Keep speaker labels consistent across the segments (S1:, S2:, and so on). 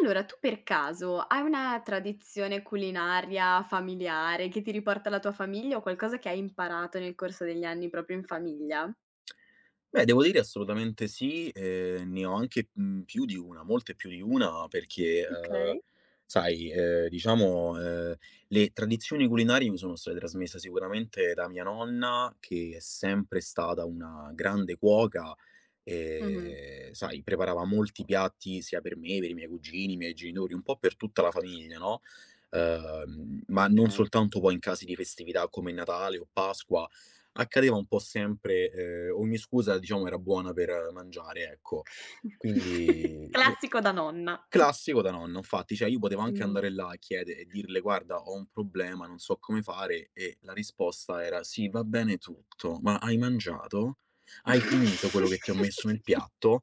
S1: Allora, tu per caso hai una tradizione culinaria familiare che ti riporta alla tua famiglia o qualcosa che hai imparato nel corso degli anni proprio in famiglia?
S2: Beh, devo dire assolutamente sì, ne ho anche, più di una, molte più di una perché,
S1: Okay.
S2: sai, ehm, diciamo, ehm, le tradizioni culinarie mi sono state trasmesse sicuramente da mia nonna, che è sempre stata una grande cuoca.
S1: Mh-mh.
S2: Sai, preparava molti piatti sia per me, per i miei cugini, i miei genitori, un po' per tutta la famiglia, no, ma non
S1: Okay.
S2: soltanto poi in casi di festività come Natale o Pasqua, accadeva un po' sempre, ogni scusa diciamo era buona per mangiare, ecco. Quindi sì.
S1: Classico da nonna.
S2: Classico da nonno, infatti, cioè io potevo anche
S1: Mh.
S2: andare là e chiede e dirle: "Guarda, ho un problema, non so come fare", e la risposta era: "Sì, va bene tutto, ma hai mangiato? Hai finito quello che ti ho messo nel piatto?"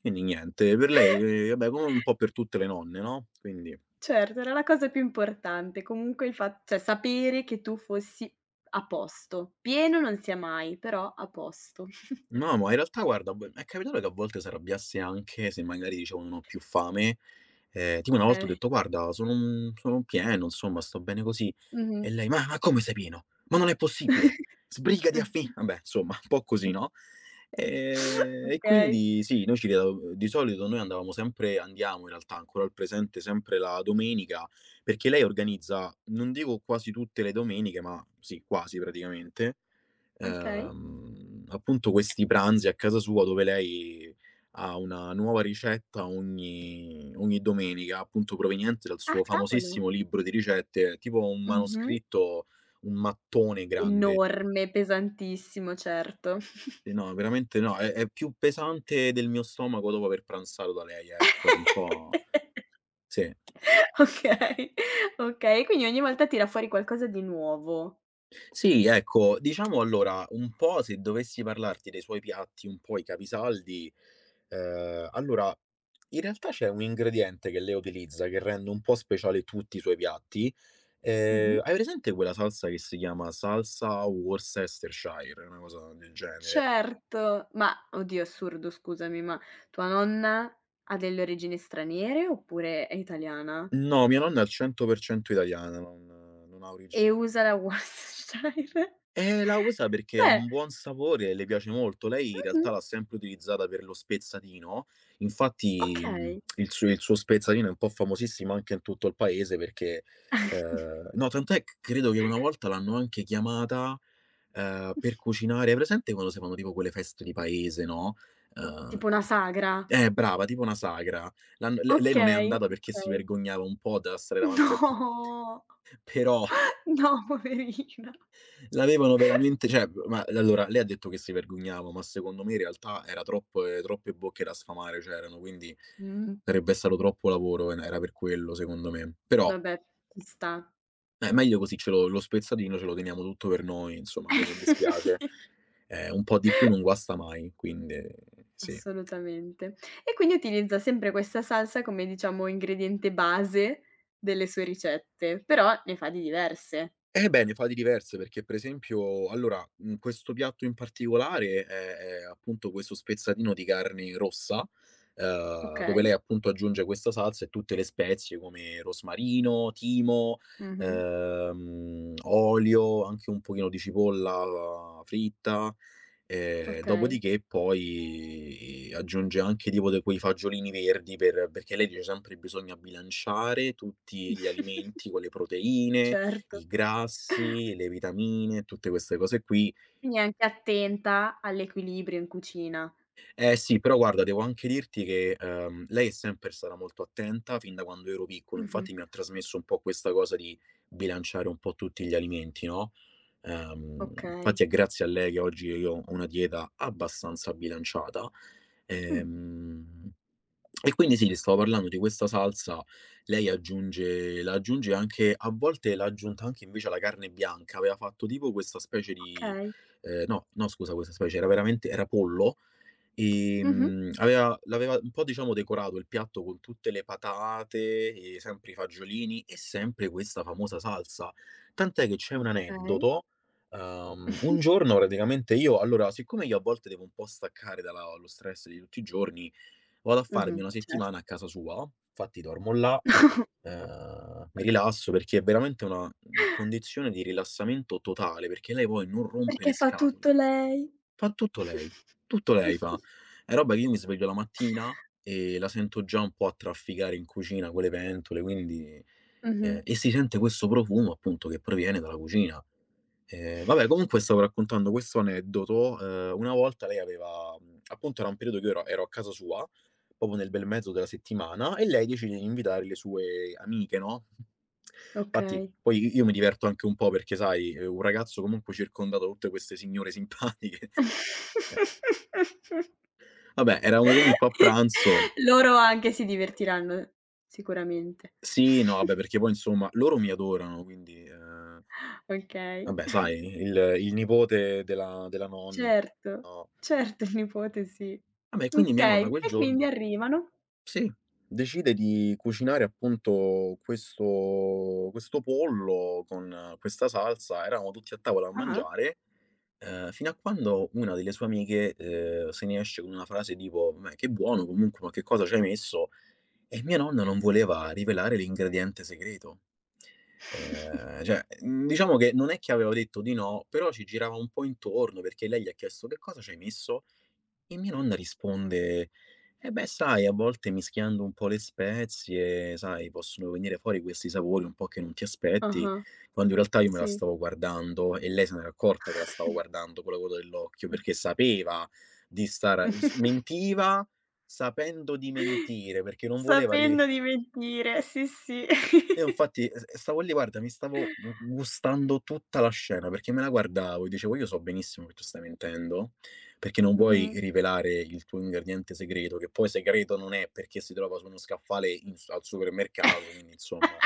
S2: Quindi niente, per lei, vabbè, come un po' per tutte le nonne, no. Quindi
S1: Certo, era la cosa più importante. Comunque il fa cioè sapere che tu fossi a posto. Pieno non sia mai, però a posto.
S2: no, ma in realtà guarda, b è capitato che a volte s'arrabbiasse anche se magari dicevo: "Non ho più fame", tipo una volta ho
S1: Eh.
S2: detto: "Guarda, sono, sono pieno, insomma, sto bene così".
S1: Mh-mh.
S2: E lei: Ma come sei pieno? Ma non è possibile, sbrigati a fin..." Vabbè, insomma, un po' così, no? E
S1: Okay.
S2: quindi sì, noi ci ritroviamo, di solito noi andavamo sempre, andiamo in realtà ancora al presente, sempre la domenica, perché lei organizza, non dico quasi tutte le domeniche, ma sì, quasi praticamente,
S1: Okay.
S2: appunto, questi pranzi a casa sua, dove lei ha una nuova ricetta ogni domenica, appunto proveniente dal
S1: Ah,
S2: suo
S1: cavolo!
S2: famosissimo libro di ricette, tipo un
S1: Mh-mh.
S2: manoscritto, un mattone grande.
S1: Enorme, pesantissimo, certo.
S2: Sì, no, veramente no, è più pesante del mio stomaco dopo aver pranzato da lei, ecco, è un po' sì.
S1: Okay, okay, quindi ogni volta tira fuori qualcosa di nuovo.
S2: Sì, ecco, diciamo allora, un po' se dovessi parlarti dei suoi piatti, un po' i capisaldi, ehm, allora In realtà c'è un ingrediente che lei utilizza, che rende un po' speciale tutti i suoi piatti.
S1: Mh-mh.
S2: Hai presente quella salsa che si chiama salsa Worcestershire, una cosa del genere?
S1: Certo, ma oddio, assurdo, scusami, ma tua nonna ha delle origini straniere oppure è italiana?
S2: No, mia nonna è al 100% italiana, non ha origi
S1: E usa la Worcestershire?
S2: la usa perché ha
S1: Cioè
S2: un buon sapore, e le piace molto. Lei in realtà
S1: mh-mh,
S2: l'ha sempre utilizzata per lo spezzatino, infatti,
S1: okay.
S2: il suo spezzatino è un po' famosissimo anche in tutto il paese perché no, tant'è, c credo che una volta l'hanno anche chiamata, per cucinare, hai presente quando si fanno tipo quelle feste di paese, no, ehm.
S1: Tipo una sagra.
S2: Brava, tipo una sagra. L'hanno le Lei non è
S1: Okay,
S2: andata perché si
S1: okay.
S2: vergognava un po' da stare davanti a tu
S1: No,
S2: però
S1: no poverina.
S2: l'avevano veramente, cioè, ma allora, lei ha detto che si vergognava, ma secondo me in realtà era troppo troppe bocche da sfamare c'erano, quindi
S1: Mh,
S2: sarebbe stato troppo lavoro, e era per quello, secondo me. Però,
S1: vabbè ci sta.
S2: meglio così, ce lo spezzatino ce lo teniamo tutto per noi, insomma, a me non
S1: Eh
S2: dispiace.
S1: sì.
S2: Un po' di più non guasta mai, quindi sì.
S1: Assolutamente. E quindi utilizza sempre questa salsa come diciamo ingrediente base delle sue ricette, però ne fa di diverse,
S2: Eh beh, ne fa di diverse, perché per esempio allora, questo piatto in particolare è appunto questo spezzatino di carne rossa, dove
S1: okay?
S2: lei appunto aggiunge questa salsa e tutte le spezie come rosmarino, timo,
S1: Mh-mh,
S2: olio, anche un pochino di cipolla fritta.
S1: okay.
S2: Dopodiché poi aggiunge anche tipo de quei fagiolini verdi perché lei dice sempre: "Bisogna bilanciare tutti gli alimenti con le proteine,
S1: Certo.
S2: i grassi, le vitamine", tutte queste cose qui.
S1: Quindi è anche attenta all'equilibrio in cucina.
S2: Eh sì, però guarda, devo anche dirti che, lei è sempre stata molto attenta fin da quando ero piccolo,
S1: Mh-mh,
S2: infatti mi ha trasmesso un po' questa cosa di bilanciare un po' tutti gli alimenti, no, ehm,
S1: okay.
S2: Infatti è grazie a lei che oggi io ho una dieta abbastanza bilanciata.
S1: Mh,
S2: Ehm, e quindi sì, ti stavo parlando di questa salsa, lei aggiunge anche, a volte l'ha aggiunta anche invece alla carne bianca, aveva fatto tipo questa specie di
S1: okay.
S2: no, no, scusa, questa specie, era veramente era pollo.
S1: Mh-mh,
S2: Aveva un po' diciamo decorato il piatto con tutte le patate e sempre i fagiolini e sempre questa famosa salsa. Tant'è che c'è un
S1: okay.
S2: aneddoto, un giorno praticamente io, allora, siccome io a volte devo un po' staccare dalla lo stress di tutti i giorni, vado a farmi
S1: Mh-mh,
S2: una
S1: certo.
S2: settimana a casa sua, infatti dormo là, mi rilasso perché è veramente una, condizione di rilassamento totale, perché lei poi non rompe le
S1: Perché fa
S2: scatole.
S1: tutto lei.
S2: Fa tutto lei fa. È roba che io mi sveglio la mattina e la sento già un po' a trafficare in cucina con le pentole, quindi,
S1: Mh-mh.
S2: e si sente questo profumo appunto che proviene dalla cucina. Vabbè, comunque stavo raccontando questo aneddoto. Una volta lei aveva, appunto era un periodo che io ero a casa sua, proprio nel bel mezzo della settimana, e lei decide di invitare le sue amiche, no. Infatti
S1: Okay.
S2: poi i io mi diverto anche un po' perché sai, un ragazzo comunque circondato da tutte queste signore simpatiche. Vabbè, eravamo comunque a pranzo,
S1: Loro anche si divertiranno sicuramente.
S2: sì, no, vabbè, perché poi insomma loro mi adorano, quindi,
S1: Okay.
S2: vabbè, sai, il nipote della nonna,
S1: Certo,
S2: no,
S1: certo il nipote sì.
S2: vabbè, quindi mia nonna
S1: Okay,
S2: quel
S1: e quindi
S2: giorno,
S1: arrivano
S2: sì, decide di cucinare appunto questo pollo con, questa salsa, eravamo tutti a tavola a
S1: ah-ah.
S2: mangiare. Fino a quando una delle sue amiche, se ne esce con una frase tipo: "Meh, che buono comunque, ma che cosa c'hai messo?" E mia nonna non voleva rivelare l'ingrediente segreto. Cioè, diciamo che non è che aveva detto di no, però ci girava un po' intorno, perché lei gli ha chiesto: "Che cosa c'hai messo?" E mia nonna risponde: "Eh beh, sai, a volte mischiando un po' le spezie, sai, possono venire fuori questi sapori un po' che non ti aspetti",
S1: Ah-ah,
S2: quando in realtà io me la
S1: sì.
S2: stavo guardando, e lei se n'era accorta che la stavo guardando con la coda dell'occhio, perché sapeva di star s mentiva sapendo di mentire, perché non voleva ri
S1: Sapendo di mentire, sì, sì.
S2: io infatti s stavo lì, guarda, mi stavo gu gustando tutta la scena, perché me la guardavo e dicevo: "Io so benissimo che tu stai mentendo, perché non
S1: Mh-mh.
S2: vuoi rivelare il tuo ingrediente segreto", che poi segreto non è, perché si trova su uno scaffale in s al supermercato, quindi insomma.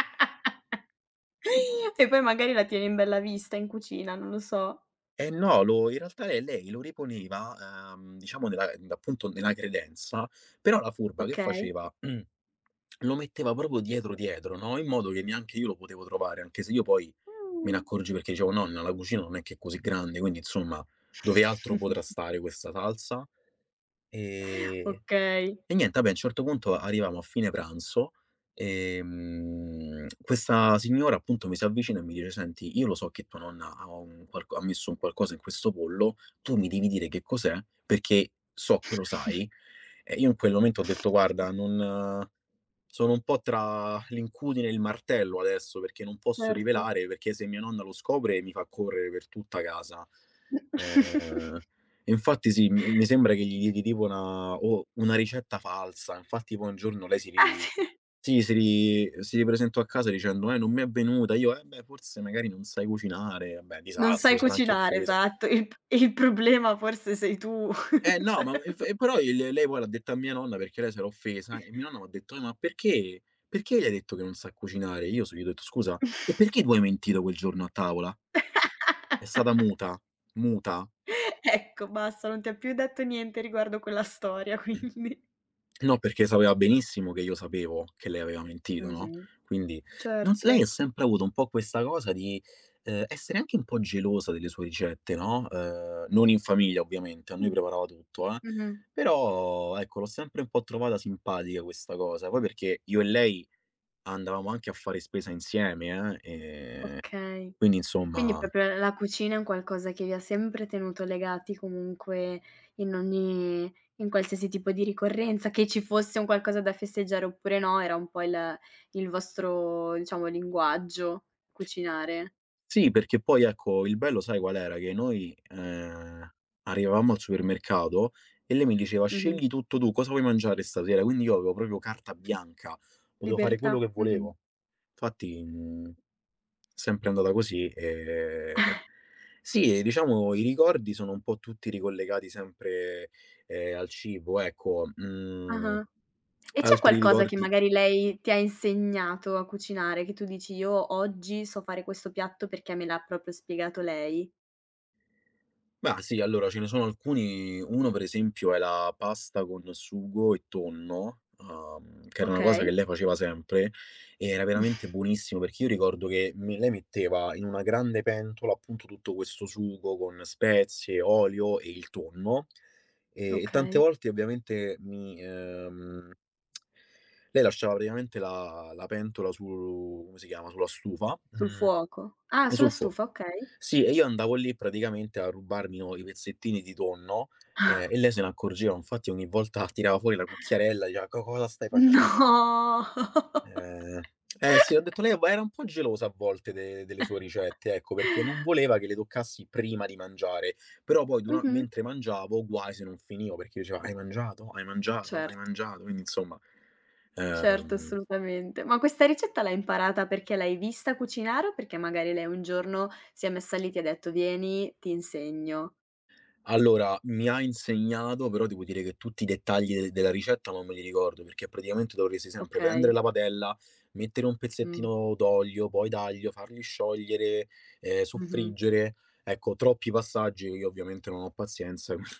S1: E poi magari la tieni in bella vista in cucina, non lo so.
S2: Eh no, lo in realtà lei lo riponeva, diciamo nella n appunto nella credenza, però la furba che
S1: Okay.
S2: faceva, lo metteva proprio dietro, no, in modo che neanche io lo potevo trovare, anche se io poi me ne
S1: Mh.
S2: accorgi perché dicevo: "Nonna, la cucina non è che è così grande, quindi insomma, dove altro potrà stare questa salsa?" Ehm,
S1: Okay,
S2: e niente, vabbè, a un certo punto arrivamo a fine pranzo, questa signora appunto mi si avvicina e mi dice: "Senti, io lo so che tua nonna ha un qualco ha messo un qualcosa in questo pollo, tu mi devi dire che cos'è, perché so che lo sai." E io in quel momento ho detto: "Guarda, non sono un po' tra l'incudine e il martello adesso, perché non posso
S1: certo.
S2: rivelare, perché se mia nonna lo scopre mi fa correre per tutta casa. Ehm, e infatti sì, mi sembra che gli diedi tipo una ricetta falsa. Infatti poi un giorno lei si
S1: Ah
S2: ri
S1: sì.
S2: sì, si ripresentò a casa dicendo: non mi è venuta". Io: "Eh beh, forse magari non sai cucinare". Vabbè,
S1: Non
S2: disastro,
S1: sai
S2: s'era anche
S1: cucinare,
S2: offesa.
S1: esatto. Il problema forse sei tu,
S2: Eh no,
S1: cioè
S2: ma e f e però il lei poi l'ha detto a mia nonna perché lei s'era offesa, e mia nonna m'ha detto: ma perché gli hai detto che non sa cucinare?" Io s gli ho detto: "Scusa, e perché tu hai mentito quel giorno a tavola? È stata muta, muta?"
S1: ecco basta, non ti ha più detto niente riguardo quella storia quindi.
S2: No, perché sapeva benissimo che io sapevo che lei aveva mentito, no,
S1: Mh-mh.
S2: quindi non s
S1: Certo.
S2: lei ha sempre avuto un po' questa cosa di, essere anche un po' gelosa delle sue ricette, no, non in famiglia ovviamente, a noi
S1: Mh.
S2: preparava tutto,
S1: Mh-mh.
S2: però ecco, l'ho sempre un po' trovata simpatica questa cosa. Poi perché io e lei andavamo anche a fare spesa insieme,
S1: Okay.
S2: quindi
S1: Quindi
S2: insomma
S1: proprio la cucina è un qualcosa che vi ha sempre tenuto legati comunque in ogni in qualsiasi tipo di ricorrenza, che ci fosse un qualcosa da festeggiare oppure no, era un po' il vostro, diciamo, linguaggio cucinare.
S2: sì, perché poi ecco, il bello sai qual era? Che noi, arrivavamo al supermercato e lei mi diceva:
S1: Mh-mh.
S2: "Scegli tutto tu, cosa vuoi mangiare stasera?" Quindi io avevo proprio carta bianca, potevo fare
S1: Libertà.
S2: quello che
S1: Mh-mh.
S2: volevo. Infatti, sempre andata così, sì, e diciamo i ricordi sono un po' tutti ricollegati sempre, al cibo, ecco. Mhmm,
S1: Ah-ah. E c'è
S2: altri
S1: qualcosa che
S2: ricordi
S1: magari lei ti ha insegnato a cucinare, che tu dici: "Io oggi so fare questo piatto perché me l'ha proprio spiegato lei"?
S2: Mah, sì, allora ce ne sono alcuni, uno per esempio è la pasta con sugo e tonno, che era una cosa che
S1: Okay.
S2: lei faceva sempre, e era veramente buonissimo perché io ricordo che me lei metteva in una grande pentola, appunto, tutto questo sugo con spezie, olio e il tonno, e tante
S1: Okay.
S2: volte ovviamente mi, lei lasciava praticamente la pentola su, come si chiama, sulla stufa,
S1: Sul fuoco. Ah,
S2: e
S1: sulla
S2: sul fuo
S1: stufa, okay.
S2: sì, e io andavo lì praticamente a rubarmi o i pezzettini di tonno, e lei se ne accorgeva, infatti ogni volta tirava fuori la cucchiarella, diceva: "Co cosa stai facendo?"
S1: No.
S2: Ehm, eh sì, ho detto lei va era un po' gelosa a volte de delle sue ricette, ecco, perché non voleva che le toccassi prima di mangiare, però poi dura
S1: Mh-mh.
S2: mentre mangiavo guai se non finivo, perché diceva: "Hai mangiato? Hai mangiato? Hai
S1: Certo,
S2: mangiato?" Quindi insomma,
S1: certo,
S2: ehm
S1: assolutamente. Ma questa ricetta l'hai imparata perché l'hai vista cucinare o perché magari lei un giorno si è messa lì, ti ha detto: "Vieni, ti insegno."
S2: Allora, mi ha insegnato, però devo dire che tutti i dettagli de della ricetta non me li ricordo, perché praticamente dovresti sempre prendere
S1: Okay.
S2: la padella, mettere un
S1: Mh.
S2: pezzettino d'olio, poi d'aglio, farli sciogliere,
S1: Mh-mh.
S2: soffriggere. Ecco, troppi passaggi che io ovviamente non ho pazienza, quindi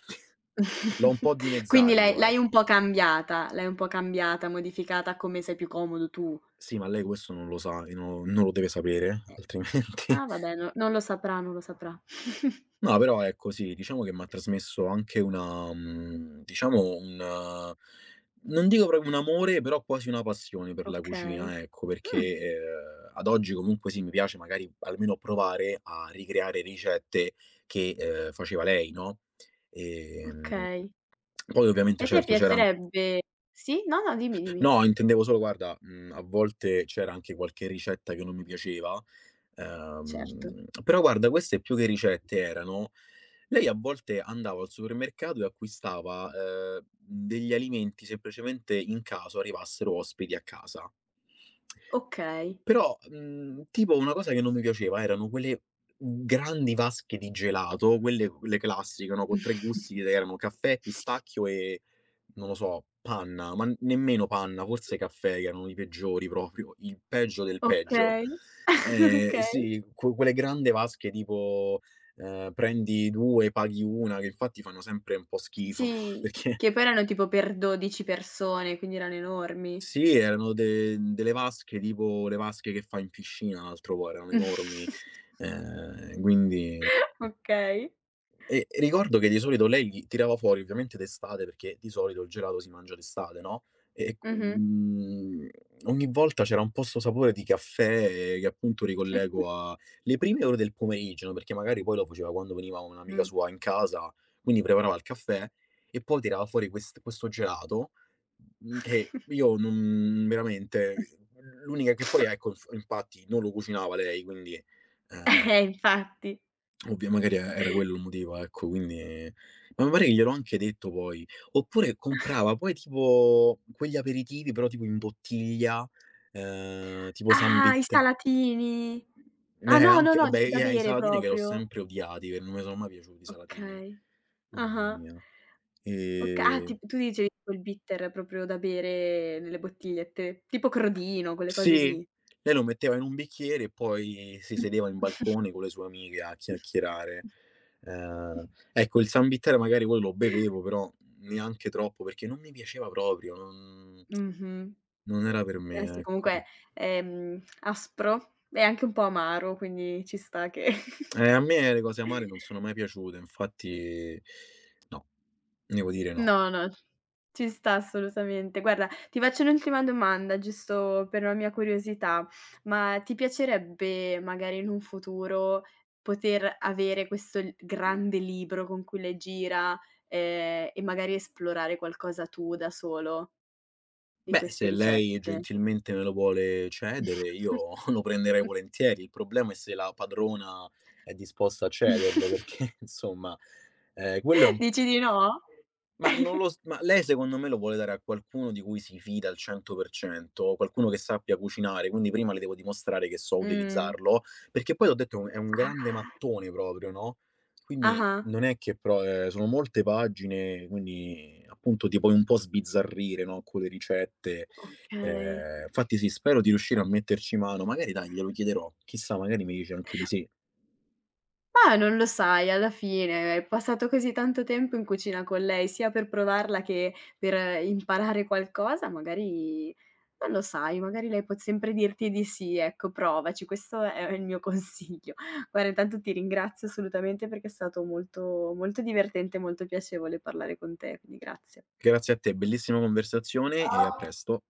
S2: l'ho un po'
S1: Quindi
S2: dimezzati
S1: l'hai
S2: io,
S1: l'hai un
S2: ecco.
S1: po' cambiata, l'hai un po' cambiata, modificata a come sei più comodo tu.
S2: Sì, ma lei questo non lo sa e no, non lo deve sapere,
S1: Eh.
S2: altrimenti...
S1: Ah vabbè, no non lo saprà, non lo saprà.
S2: No, però ecco sì, diciamo che m'ha trasmesso anche una, diciamo un, non dico proprio un amore, però quasi una passione per la
S1: Okay.
S2: cucina, ecco,
S1: Mh,
S2: perché, ad oggi comunque sì, mi piace magari almeno provare a ricreare ricette che, faceva lei, no, ehm,
S1: okay.
S2: poi
S1: E
S2: ovviamente
S1: a te
S2: certo c'era an
S1: piacerebbe sì? No, no, dimmi, dimmi.
S2: no, intendevo solo guarda, a volte c'era anche qualche ricetta che non mi piaceva.
S1: Certo.
S2: Però guarda, queste più che ricette erano, lei a volte andava al supermercato e acquistava, degli alimenti semplicemente in caso arrivassero ospiti a casa.
S1: Okay.
S2: Però, tipo una cosa che non mi piaceva erano quelle grandi vasche di gelato, quelle classiche, no, con 3 gusti che erano caffè, pistacchio e non lo so, panna, ma nemmeno panna, forse caffè, che erano i peggiori proprio, il peggio del peggio.
S1: Okay, okay.
S2: Sì, quelle grande vasche tipo, prendi 2, paghi 1, che infatti fanno sempre un po' schifo
S1: Sì,
S2: perché...
S1: che poi erano tipo per 12 persone, quindi erano enormi.
S2: Sì, erano de delle vasche tipo le vasche che fai in piscina, altro poi, erano enormi. Ehm, quindi
S1: Okay.
S2: e ricordo che di solito lei li tirava fuori ovviamente d'estate, perché di solito il gelato si mangia d'estate, no, e,
S1: Mh-mh,
S2: ogni volta c'era un po' 'sto sapore di caffè che appunto ricollego a le prime ore del pomeriggio, no, perché magari poi lo faceva quando veniva un'amica
S1: mh.
S2: sua in casa, quindi preparava il caffè e poi tirava fuori questo gelato, che io non veramente... l'unica che poi ecco, infatti non lo cucinava lei, quindi, ehm
S1: Infatti.
S2: ovvia magari era quello il motivo, ecco, quindi ma mi pare che gliel'ho anche detto poi. Oppure comprava poi tipo quegli aperitivi, però tipo in bottiglia, tipo
S1: Ah, i
S2: Sunbit.
S1: salatini. Ah, no, no,
S2: Anche
S1: no,
S2: beh,
S1: dici da
S2: i
S1: bere
S2: Salatini che l'ho
S1: proprio.
S2: sempre odiati, che non mi sono mai piaciuti i Salatini.
S1: Okay.
S2: Mamma
S1: Ah-ah.
S2: mia.
S1: Oka ah,
S2: Ehm
S1: ti tu dicevi tipo il bitter proprio da bere nelle bottigliette, tipo Crodino, quelle cose
S2: Sì,
S1: lì.
S2: lei lo metteva in un bicchiere e poi si sedeva in balcone con le sue amiche a chiacchierare.
S1: Mh.
S2: Ecco, il San Bitter magari poi lo bevevo, però neanche troppo, perché non mi piaceva proprio, non
S1: Mh-mh.
S2: non era per
S1: Eh
S2: me,
S1: sì,
S2: ecco.
S1: comunque, aspro e anche un po' amaro, quindi ci sta che
S2: A me le cose amare non sono mai piaciute, infatti no, devo dire no.
S1: No, no, ci sta assolutamente. Guarda, ti faccio un'ultima domanda, giusto per una mia curiosità, ma ti piacerebbe magari in un futuro poter avere questo l grande libro con cui le gira, e magari esplorare qualcosa tu da solo di
S2: Beh,
S1: queste
S2: se lei
S1: ricette?
S2: gentilmente me lo vuole cedere, io lo prenderei volentieri. Il problema è se la padrona è disposta a cederlo, perché insomma, quello è un...
S1: Dici di no?
S2: ma non lo s ma lei secondo me lo vuole dare a qualcuno di cui si fida al 100%, qualcuno che sappia cucinare, quindi prima le devo dimostrare che so
S1: Mh.
S2: utilizzarlo, perché poi t'ho detto è un grande
S1: Ah.
S2: mattone proprio, no, quindi
S1: Ah-ah,
S2: non è che pro sono molte pagine, quindi appunto ti puoi un po' sbizzarrire, no, con le ricette.
S1: okay.
S2: Infatti sì, spero di riuscire a metterci mano, magari dai glielo chiederò, chissà magari mi dice anche di sì.
S1: Ma non lo sai, alla fine hai passato così tanto tempo in cucina con lei, sia per provarla che per imparare qualcosa, magari non lo sai, magari lei può sempre dirti di sì, ecco provaci, questo è il mio consiglio. Guarda intanto ti ringrazio assolutamente perché è stato molto molto divertente e molto piacevole parlare con te, quindi grazie.
S2: Grazie a te, bellissima conversazione e a presto.